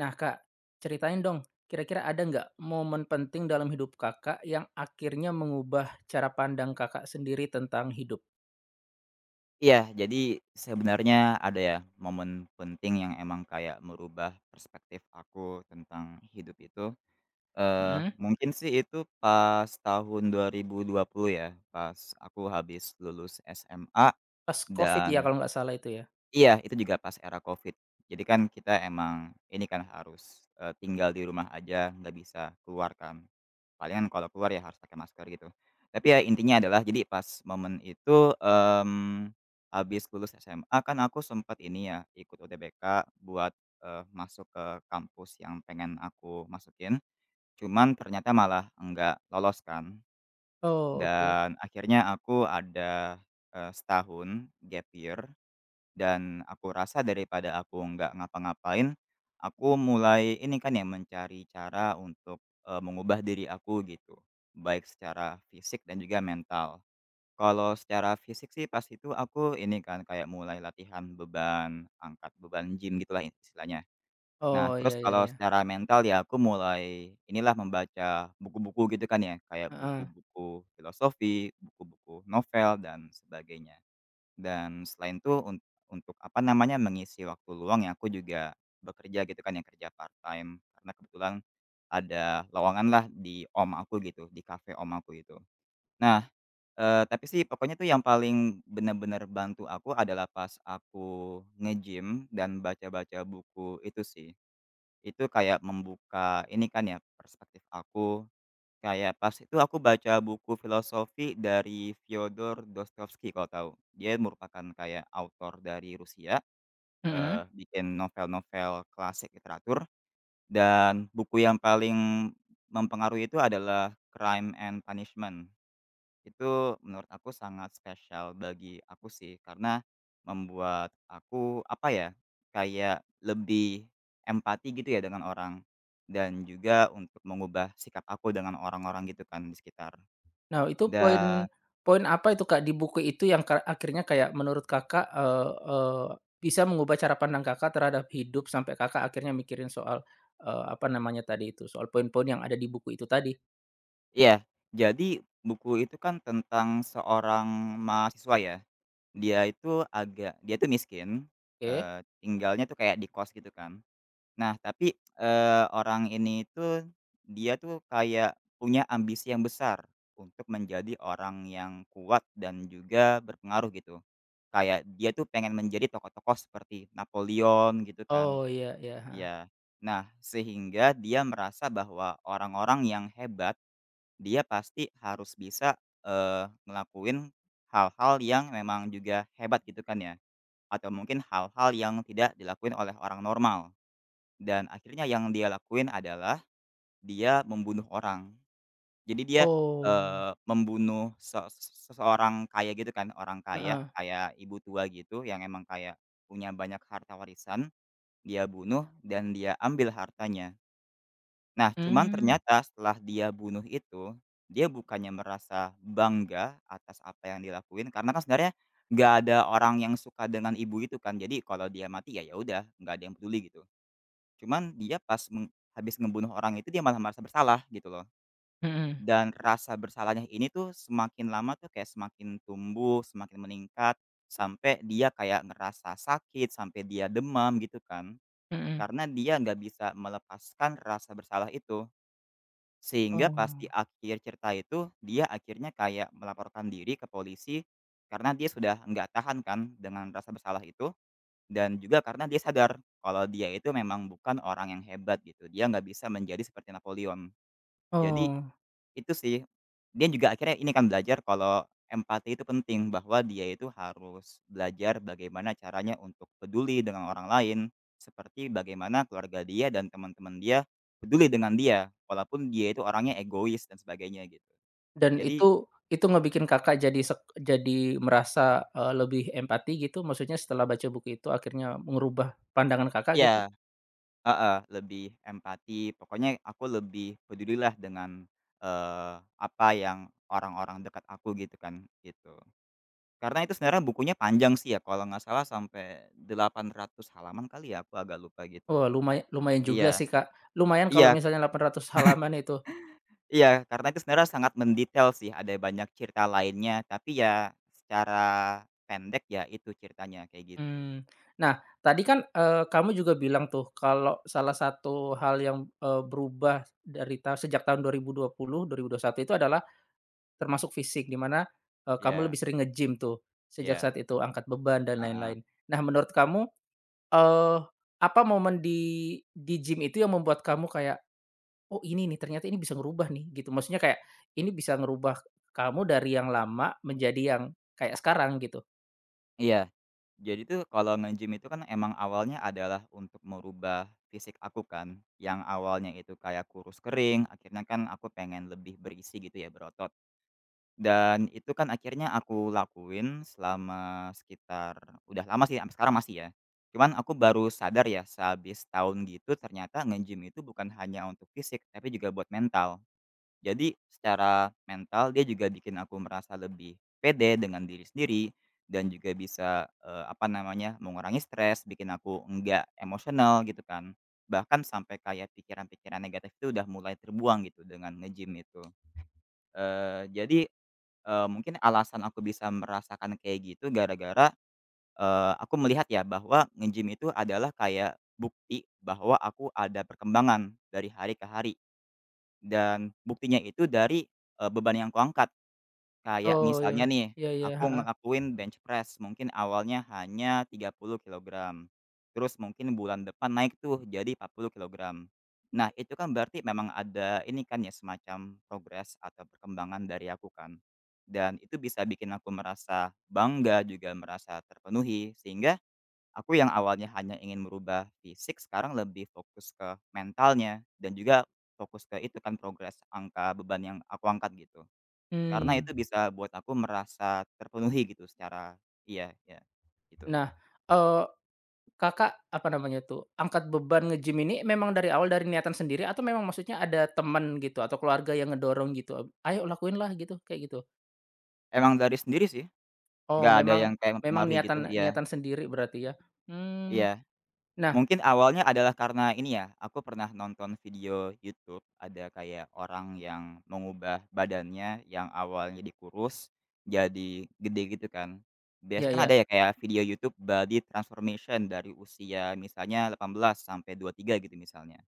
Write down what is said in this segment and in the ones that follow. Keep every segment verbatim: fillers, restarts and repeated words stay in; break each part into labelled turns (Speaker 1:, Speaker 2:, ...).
Speaker 1: Nah, Kak, ceritain dong, kira-kira ada nggak momen penting dalam hidup Kakak yang akhirnya mengubah cara pandang Kakak sendiri tentang hidup?
Speaker 2: Iya, jadi sebenarnya ada ya momen penting yang emang kayak merubah perspektif aku tentang hidup itu, eee,
Speaker 1: Mhm.
Speaker 2: mungkin sih itu pas tahun dua dua ribu dua puluh ya, pas aku habis lulus S M A.
Speaker 1: Pas Covid ya
Speaker 2: dan
Speaker 1: kalau nggak salah itu ya?
Speaker 2: Iya, itu juga pas era Covid. Jadi kan kita emang ini kan harus, eee, tinggal di rumah aja, nggak bisa keluar kan. Palingan kalau keluar ya harus pakai masker gitu. Tapi ya intinya adalah jadi pas momen itu, mmm, habis lulus S M A kan aku sempat ini ya, ikut U T B K buat, eee, masuk ke kampus yang pengen aku masukin, cuman ternyata malah nggak lolos kan.
Speaker 1: Oh, oke.
Speaker 2: Dan akhirnya aku ada, eee, setahun gap year. Dan aku rasa daripada aku nggak ngapa-ngapain, aku mulai ini kan yang mencari cara untuk, eee, mengubah diri aku gitu, baik secara fisik dan juga mental. Kalau secara fisik sih pas itu aku ini kan kayak mulai latihan beban, angkat beban gym gitulah istilahnya. Nah
Speaker 1: Oh,
Speaker 2: terus
Speaker 1: ya ya
Speaker 2: kalau
Speaker 1: ya.
Speaker 2: secara mental ya aku mulai inilah membaca buku-buku gitu kan ya, kayak
Speaker 1: Heeh.
Speaker 2: buku-buku filosofi, buku-buku novel dan sebagainya. Dan selain itu un untuk apa namanya, mengisi waktu luang ya aku juga bekerja gitu kan yang kerja part-time karena kebetulan ada lowongan lah di om aku gitu, di kafe om aku itu. Nah, eee, tapi sih pokoknya tuh yang paling bener-bener bantu aku adalah pas aku nge-gym dan baca-baca buku itu sih. Itu kayak membuka ini kan ya, perspektif aku. Kayak pas itu aku baca buku filosofi dari Fyodor Dostoevsky kalau tahu. Dia merupakan kayak autor dari Rusia,
Speaker 1: Mhm.
Speaker 2: eee, bikin novel-novel klasik literatur, dan buku yang paling mempengaruhi itu adalah Crime and Punishment. Itu menurut aku sangat spesial bagi aku sih, karena membuat aku, apa ya, kayak lebih empati gitu ya dengan orang, dan juga untuk mengubah sikap aku dengan orang-orang gitu kan di sekitar.
Speaker 1: Nah, itu poin
Speaker 2: Dan
Speaker 1: poin apa itu, Kak, di buku itu yang ka akhirnya kayak menurut Kakak, eee eee, bisa mengubah cara pandang Kakak terhadap hidup sampai Kakak akhirnya mikirin soal, eee, apa namanya tadi itu, soal poin-poin yang ada di buku itu tadi?
Speaker 2: iya, jadi buku itu kan tentang seorang mahasiswa ya, dia itu agak dia tuh miskin,
Speaker 1: Oke.
Speaker 2: eee, tinggalnya tuh kayak di kos gitu kan. Nah tapi, eee, orang ini tuh dia tuh kayak punya ambisi yang besar untuk menjadi orang yang kuat dan juga berpengaruh gitu. Kayak dia tuh pengen menjadi tokoh-tokoh seperti Napoleon gitu kan,
Speaker 1: Oh, iya iya.
Speaker 2: iya. Nah sehingga dia merasa bahwa orang-orang yang hebat. Dia pasti harus bisa, eee, ngelakuin hal-hal yang memang juga hebat gitu kan ya, atau mungkin hal-hal yang tidak dilakuin oleh orang normal, dan akhirnya yang dia lakuin adalah dia membunuh orang. Jadi dia,
Speaker 1: Oh,
Speaker 2: eee, membunuh se seseorang kaya gitu kan, orang kaya,
Speaker 1: heeh.
Speaker 2: kayak ibu tua gitu yang emang kayak punya banyak harta warisan, dia bunuh dan dia ambil hartanya. Nah, cuman
Speaker 1: Mmm,
Speaker 2: ternyata setelah dia bunuh itu, dia bukannya merasa bangga atas apa yang dilakuin karena kan sebenarnya nggak ada orang yang suka dengan ibu itu kan. Jadi kalau dia mati ya ya udah, nggak ada yang peduli gitu. Cuman dia pas meng habis ngebunuh orang itu dia malah merasa bersalah gitu loh.
Speaker 1: mhm
Speaker 2: Dan rasa bersalahnya ini tuh semakin lama tuh kayak semakin tumbuh, semakin meningkat sampai dia kayak ngerasa sakit, sampai dia demam gitu kan.
Speaker 1: mhm.
Speaker 2: Karena dia nggak bisa melepaskan rasa bersalah itu. Sehingga pas di
Speaker 1: Oh
Speaker 2: akhir cerita itu, dia akhirnya kayak melaporkan diri ke polisi, karena dia sudah nggak tahan kan dengan rasa bersalah itu, dan juga karena dia sadar kalau dia itu memang bukan orang yang hebat gitu, dia nggak bisa menjadi seperti Napoleon. Jadi
Speaker 1: oh,
Speaker 2: itu sih, dia juga akhirnya ini kan belajar kalau empati itu penting, bahwa dia itu harus belajar bagaimana caranya untuk peduli dengan orang lain, seperti bagaimana keluarga dia dan teman-teman dia peduli dengan dia, walaupun dia itu orangnya egois dan sebagainya gitu.
Speaker 1: dan
Speaker 2: Jadi
Speaker 1: itu itu ngebikin Kakak jadi sek jadi merasa, eee, lebih empati gitu? Maksudnya setelah baca buku itu akhirnya ngerubah pandangan Kakak gitu?
Speaker 2: ya, heeh, lebih empati, pokoknya aku lebih pedulilah dengan, eee, apa yang orang-orang dekat aku gitu kan, gitu. Karena itu sebenarnya bukunya panjang sih ya, kalau nggak salah sampai delapan ratus halaman kali ya, aku agak lupa gitu.
Speaker 1: Wah lumaya lumayan juga
Speaker 2: Iya,
Speaker 1: sih, Kak. Lumayan kalau
Speaker 2: iya,
Speaker 1: misalnya delapan ratus halaman itu.
Speaker 2: iya, karena itu sebenarnya sangat mendetail sih, ada banyak cerita lainnya, tapi ya secara pendek ya itu ceritanya, kayak gitu.
Speaker 1: Mmm. Nah tadi kan, eee, kamu juga bilang tuh kalau salah satu hal yang, eee, berubah dari ta sejak tahun dua ribu dua puluh, satu itu adalah termasuk fisik, di mana, eee, kamu lebih
Speaker 2: Iya,
Speaker 1: sering nge-gym tuh, sejak
Speaker 2: iya,
Speaker 1: saat itu angkat beban dan
Speaker 2: heeh.
Speaker 1: lain-lain. Nah, menurut kamu, eee, apa momen di di gym itu yang membuat kamu kayak, "Oh ini nih, ternyata ini bisa ngerubah nih," gitu? Maksudnya kayak, ini bisa ngerubah kamu dari yang lama menjadi yang kayak sekarang gitu?
Speaker 2: Iya, jadi tuh kalau nge-gym itu kan emang awalnya adalah untuk merubah fisik aku kan, yang awalnya itu kayak kurus kering, akhirnya kan aku pengen lebih berisi gitu ya, berotot. Dan itu kan akhirnya aku lakuin selama sekitar udah lama sih, sampai sekarang masih ya. Cuman aku baru sadar ya sehabis tahun gitu ternyata nge-gym itu bukan hanya untuk fisik, tapi juga buat mental. Jadi secara mental dia juga bikin aku merasa lebih pede dengan diri sendiri dan juga bisa, eee, apa namanya, mengurangi stres, bikin aku enggak emosional gitu kan. Bahkan sampai kayak pikiran-pikiran negatif itu udah mulai terbuang gitu dengan nge-gym itu. Eee, jadi Eee, mungkin alasan aku bisa merasakan kayak gitu gara-gara, eee, aku melihat ya bahwa nge-gym itu adalah kayak bukti bahwa aku ada perkembangan dari hari ke hari dan buktinya itu dari, eee, beban yang kuangkat. Kayak
Speaker 1: Oh,
Speaker 2: misalnya
Speaker 1: ya.
Speaker 2: nih,
Speaker 1: Ya iya,
Speaker 2: aku
Speaker 1: heeh.
Speaker 2: ngelakuin bench press mungkin awalnya hanya tiga puluh kilogram, terus mungkin bulan depan naik tuh jadi empat puluh kilogram. Nah itu kan berarti memang ada ini kan ya semacam progres atau perkembangan dari aku kan. Dan itu bisa bikin aku merasa bangga juga merasa terpenuhi, sehingga aku yang awalnya hanya ingin merubah fisik sekarang lebih fokus ke mentalnya dan juga fokus ke itu kan progres angka beban yang aku angkat gitu. Karena
Speaker 1: Mmm.
Speaker 2: itu bisa buat aku merasa terpenuhi gitu secara iya, iya, gitu.
Speaker 1: Nah, eee Kakak, apa namanya tuh, angkat beban nge-gym ini memang dari awal dari niatan sendiri atau memang maksudnya ada teman gitu atau keluarga yang ngedorong gitu, "Ayo lakuin lah," gitu, kayak gitu?
Speaker 2: Emang dari sendiri sih,
Speaker 1: Oh
Speaker 2: nggak ada yang
Speaker 1: memang,
Speaker 2: kayak
Speaker 1: memang
Speaker 2: mempengaruhi gitu,
Speaker 1: niatan
Speaker 2: iya,
Speaker 1: niatan sendiri berarti ya? Hmm,
Speaker 2: iya.
Speaker 1: nah
Speaker 2: Mungkin awalnya adalah karena ini ya, aku pernah nonton video YouTube, ada kayak orang yang mengubah badannya yang awalnya jadi kurus, jadi gede gitu kan.
Speaker 1: iya
Speaker 2: Biasanya kan
Speaker 1: iya,
Speaker 2: ada ya kayak video YouTube body transformation dari usia misalnya delapan belas sampai dua puluh tiga gitu misalnya.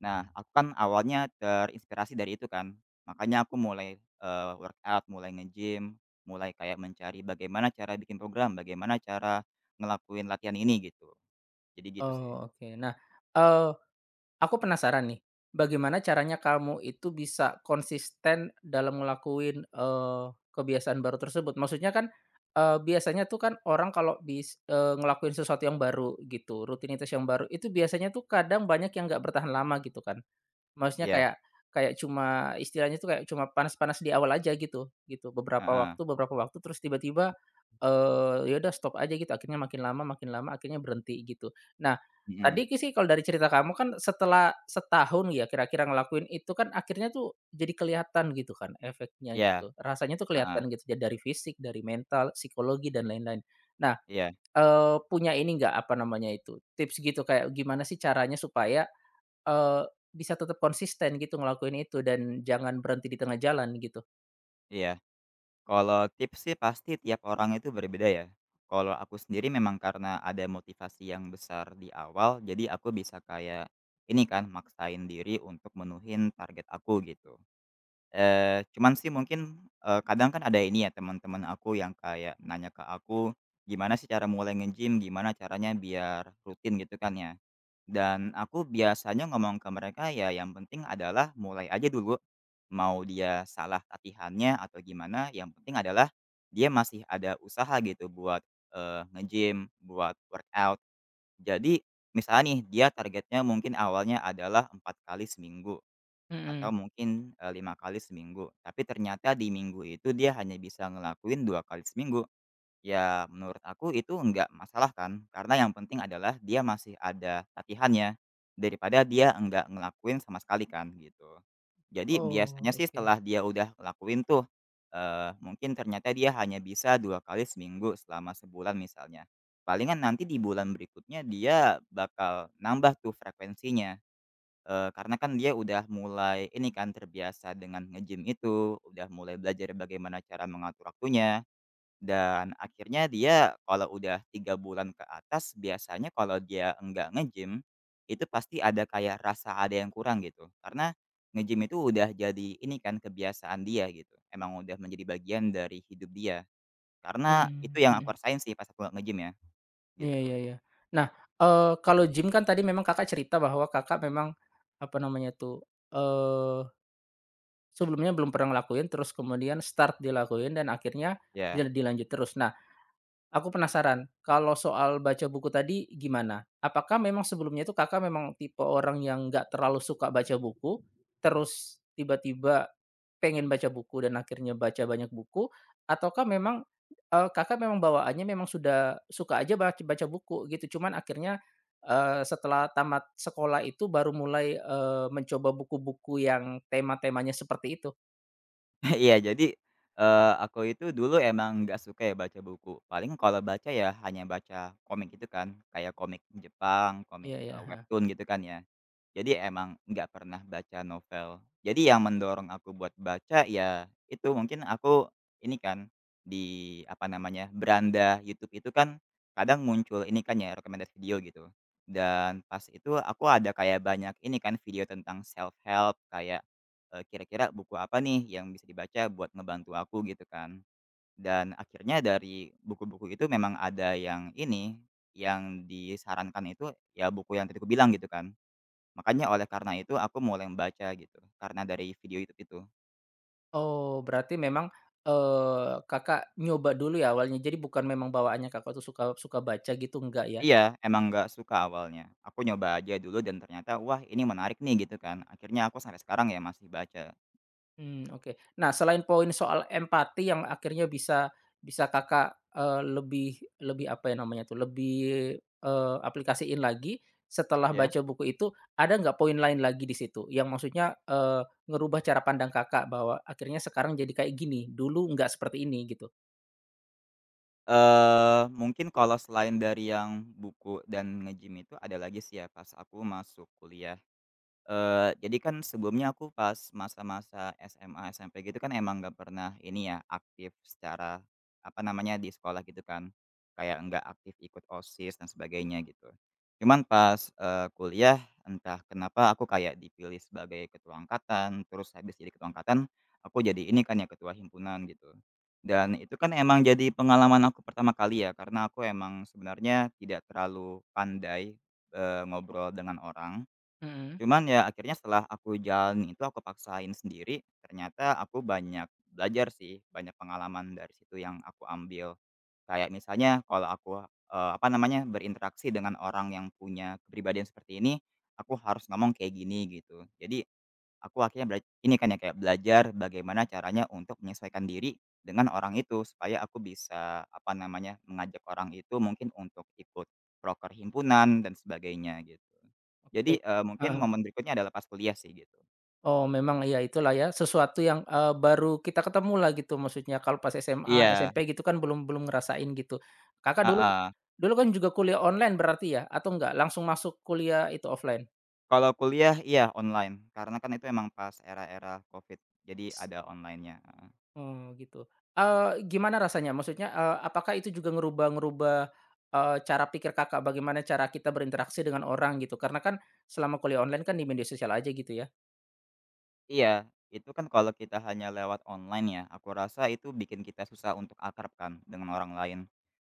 Speaker 2: Nah, aku kan awalnya terinspirasi dari itu kan. Makanya aku mulai, eee, workout, mulai nge-gym, mulai kayak mencari bagaimana cara bikin program, bagaimana cara ngelakuin latihan ini gitu. Jadi gitu sih.
Speaker 1: oh oke. Nah, eee aku penasaran nih, bagaimana caranya kamu itu bisa konsisten dalam ngelakuin, eee, kebiasaan baru tersebut? Maksudnya kan, eee, biasanya tuh kan orang kalau bis eee, ngelakuin sesuatu yang baru gitu, rutinitas yang baru, itu biasanya tuh kadang banyak yang nggak bertahan lama gitu kan. Maksudnya
Speaker 2: Iya,
Speaker 1: kayak kayak cuma istilahnya tuh kayak cuma panas-panas di awal aja gitu gitu, beberapa
Speaker 2: heeh,
Speaker 1: waktu beberapa waktu terus tiba-tiba, eee, ya udah stop aja gitu, akhirnya makin lama makin lama akhirnya berhenti gitu. Nah,
Speaker 2: mhm,
Speaker 1: tadi ki sih kalau dari cerita kamu kan setelah setahun ya kira-kira ngelakuin itu kan akhirnya tuh jadi kelihatan gitu kan efeknya
Speaker 2: iya,
Speaker 1: gitu, rasanya tuh
Speaker 2: heeh,
Speaker 1: kelihatan gitu ya dari fisik, dari mental, psikologi dan lain-lain. Nah,
Speaker 2: iya,
Speaker 1: eee, punya ini enggak, apa namanya itu, tips gitu kayak gimana sih caranya supaya Eee, bisa tetap konsisten gitu ngelakuin itu dan jangan berhenti di tengah jalan gitu.
Speaker 2: iya. Kalau tips sih pasti tiap orang itu berbeda ya. Kalau aku sendiri memang karena ada motivasi yang besar di awal, jadi aku bisa kayak ini kan, maksain diri untuk menuhin target aku gitu. Eee, cuman sih mungkin, eee, kadang kan ada ini ya teman-teman aku yang kayak nanya ke aku, gimana sih cara mulai nge-gym, gimana caranya biar rutin gitu kan ya. Dan aku biasanya ngomong ke mereka ya yang penting adalah mulai aja dulu, mau dia salah latihannya atau gimana yang penting adalah dia masih ada usaha gitu buat, eee, nge-gym, buat workout. Jadi misalnya nih dia targetnya mungkin awalnya adalah empat kali seminggu. Atau
Speaker 1: Mhm.
Speaker 2: mungkin, eee, lima kali seminggu. Tapi ternyata di minggu itu dia hanya bisa ngelakuin dua kali seminggu. Ya menurut aku itu nggak masalah kan, karena yang penting adalah dia masih ada latihannya, daripada dia enggak ngelakuin sama sekali kan, gitu. Jadi
Speaker 1: Oh,
Speaker 2: biasanya sih
Speaker 1: oke.
Speaker 2: setelah dia udah ngelakuin tuh, eee, mungkin ternyata dia hanya bisa dua kali seminggu selama sebulan misalnya. Palingan nanti di bulan berikutnya dia bakal nambah tuh frekuensinya. Eee, karena kan dia udah mulai ini kan terbiasa dengan nge-gym itu, udah mulai belajar bagaimana cara mengatur waktunya, dan akhirnya dia kalau udah tiga bulan ke atas biasanya kalau dia enggak nge-gym, itu pasti ada kayak rasa ada yang kurang gitu. Karena nge-gym itu udah jadi ini kan kebiasaan dia gitu, emang udah menjadi bagian dari hidup dia. Karena itu
Speaker 1: Mmm,
Speaker 2: yang aku
Speaker 1: mhm.
Speaker 2: rasain sih pas aku nggak nge-gym ya,
Speaker 1: Iya
Speaker 2: gitu.
Speaker 1: iya iya. Nah, eee, kalau gym kan tadi memang Kakak cerita bahwa Kakak memang, apa namanya tuh, eee, sebelumnya belum pernah ngelakuin terus kemudian start dilakuin dan akhirnya
Speaker 2: Ya.
Speaker 1: dil dilanjut terus. Nah aku penasaran, kalau soal baca buku tadi gimana? Apakah memang sebelumnya itu Kakak memang tipe orang yang nggak terlalu suka baca buku, terus tiba-tiba pengen baca buku dan akhirnya baca banyak buku, ataukah memang, eee, Kakak memang bawaannya memang sudah suka aja baca baca buku gitu, cuman akhirnya, eee, setelah tamat sekolah itu baru mulai, eee, mencoba buku-buku yang tema-temanya seperti itu?
Speaker 2: Iya jadi, eee, aku itu dulu emang nggak suka ya baca buku, paling kalau baca ya hanya baca komik gitu kan, kayak komik Jepang, komik,
Speaker 1: Iya iya,
Speaker 2: eee,
Speaker 1: heeh.
Speaker 2: webtoon gitu kan ya. Jadi emang nggak pernah baca novel. Jadi yang mendorong aku buat baca ya itu mungkin aku ini kan di apa namanya, beranda YouTube itu kan kadang muncul ini kan ya rekomendasi video gitu, dan pas itu aku ada kayak banyak ini kan video tentang self help kayak eee, kira-kira buku apa nih yang bisa dibaca buat ngebantu aku gitu kan. Dan akhirnya dari buku-buku itu memang ada yang ini, yang disarankan itu ya buku yang tadi aku bilang gitu kan. Makanya oleh karena itu aku mulai membaca gitu, karena dari video YouTube itu.
Speaker 1: Oh, berarti memang, eee, Kakak nyoba dulu ya awalnya, jadi bukan memang bawaannya Kakak tuh suka suka baca gitu, enggak ya?
Speaker 2: Iya, emang nggak suka awalnya. Aku nyoba aja dulu dan ternyata, wah ini menarik nih gitu kan. Akhirnya aku sampai sekarang ya masih baca.
Speaker 1: Hmm oke. Nah, selain poin soal empati yang akhirnya bisa bisa Kakak, eee, lebih lebih apa ya namanya tuh, lebih, eee, aplikasiin lagi setelah
Speaker 2: Ya,
Speaker 1: baca buku itu, ada nggak poin lain lagi di situ? Yang maksudnya, eee, ngerubah cara pandang Kakak bahwa akhirnya sekarang jadi kayak gini, dulu nggak seperti ini gitu?
Speaker 2: Eee, mungkin kalau selain dari yang buku dan nge-gym itu ada lagi sih ya pas aku masuk kuliah. Eee, jadi kan sebelumnya aku pas masa-masa S M A, S M P gitu kan emang nggak pernah ini ya, aktif secara, apa namanya, di sekolah gitu kan. Kayak nggak aktif ikut OSIS dan sebagainya gitu. Cuman pas, eee, kuliah entah kenapa aku kayak dipilih sebagai ketua angkatan, terus habis jadi ketua angkatan, aku jadi ini kan ya, ketua himpunan gitu. Dan itu kan emang jadi pengalaman aku pertama kali ya, karena aku emang sebenarnya tidak terlalu pandai, eee, ngobrol dengan orang.
Speaker 1: Mhm,
Speaker 2: Cuman ya akhirnya setelah aku jalanin itu aku paksain sendiri, ternyata aku banyak belajar sih, banyak pengalaman dari situ yang aku ambil. Kayak misalnya kalau aku, eee, apa namanya, berinteraksi dengan orang yang punya kepribadian seperti ini, aku harus ngomong kayak gini gitu. Jadi Aku akhirnya bela ini kan ya, kayak belajar bagaimana caranya untuk menyesuaikan diri dengan orang itu, supaya aku bisa, apa namanya, mengajak orang itu mungkin untuk ikut proker himpunan dan sebagainya, gitu. Jadi,
Speaker 1: oke.
Speaker 2: eee, mungkin momen berikutnya adalah pas kuliah sih, gitu.
Speaker 1: Oh memang iya itulah ya sesuatu yang, eee, baru kita ketemu lah gitu maksudnya kalau pas S M A,
Speaker 2: Iya,
Speaker 1: S M P gitu kan belum belum ngerasain gitu. Kakak dulu
Speaker 2: heeh.
Speaker 1: dulu kan juga kuliah online berarti ya atau enggak langsung masuk kuliah itu offline?
Speaker 2: Kalau kuliah, iya online, karena kan itu emang pas era-era Covid, jadi
Speaker 1: S-
Speaker 2: ada online-nya.
Speaker 1: Oh gitu, eee, gimana rasanya? Maksudnya, eee, apakah itu juga ngerubah-ngerubah, eee, cara pikir Kakak bagaimana cara kita berinteraksi dengan orang gitu? Karena kan selama kuliah online kan di media sosial aja gitu ya?
Speaker 2: Iya, itu kan kalau kita hanya lewat online ya, aku rasa itu bikin kita susah untuk akrab kan dengan orang lain.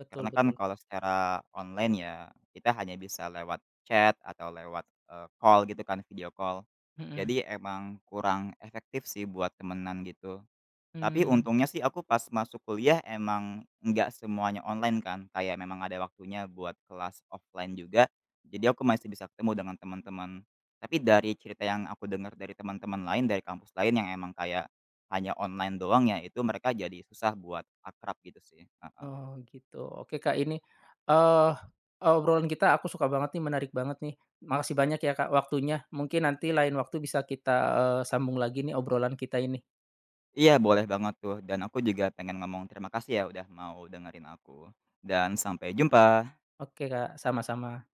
Speaker 1: Betul
Speaker 2: Karena kan
Speaker 1: betul,
Speaker 2: kalau secara online ya, kita hanya bisa lewat chat atau lewat eh, call gitu kan, video call.
Speaker 1: mhm,
Speaker 2: Jadi emang kurang efektif sih buat temenan gitu. Tapi
Speaker 1: mmm.
Speaker 2: untungnya sih aku pas masuk kuliah emang nggak semuanya online kan, kayak memang ada waktunya buat kelas offline juga, jadi aku masih bisa ketemu dengan teman-teman. Tapi dari cerita yang aku dengar dari teman-teman lain, dari kampus lain yang emang kayak hanya online doang ya, itu mereka jadi susah buat akrab gitu sih, heeh.
Speaker 1: Oh gitu. Oke Kak ini, eee, obrolan kita aku suka banget nih, menarik banget nih. Makasih banyak ya Kak waktunya. Mungkin nanti lain waktu bisa kita, eee, sambung lagi nih obrolan kita ini.
Speaker 2: Iya boleh banget tuh, dan aku juga pengen ngomong terima kasih ya udah mau dengerin aku, dan sampai jumpa.
Speaker 1: Oke Kak, sama-sama.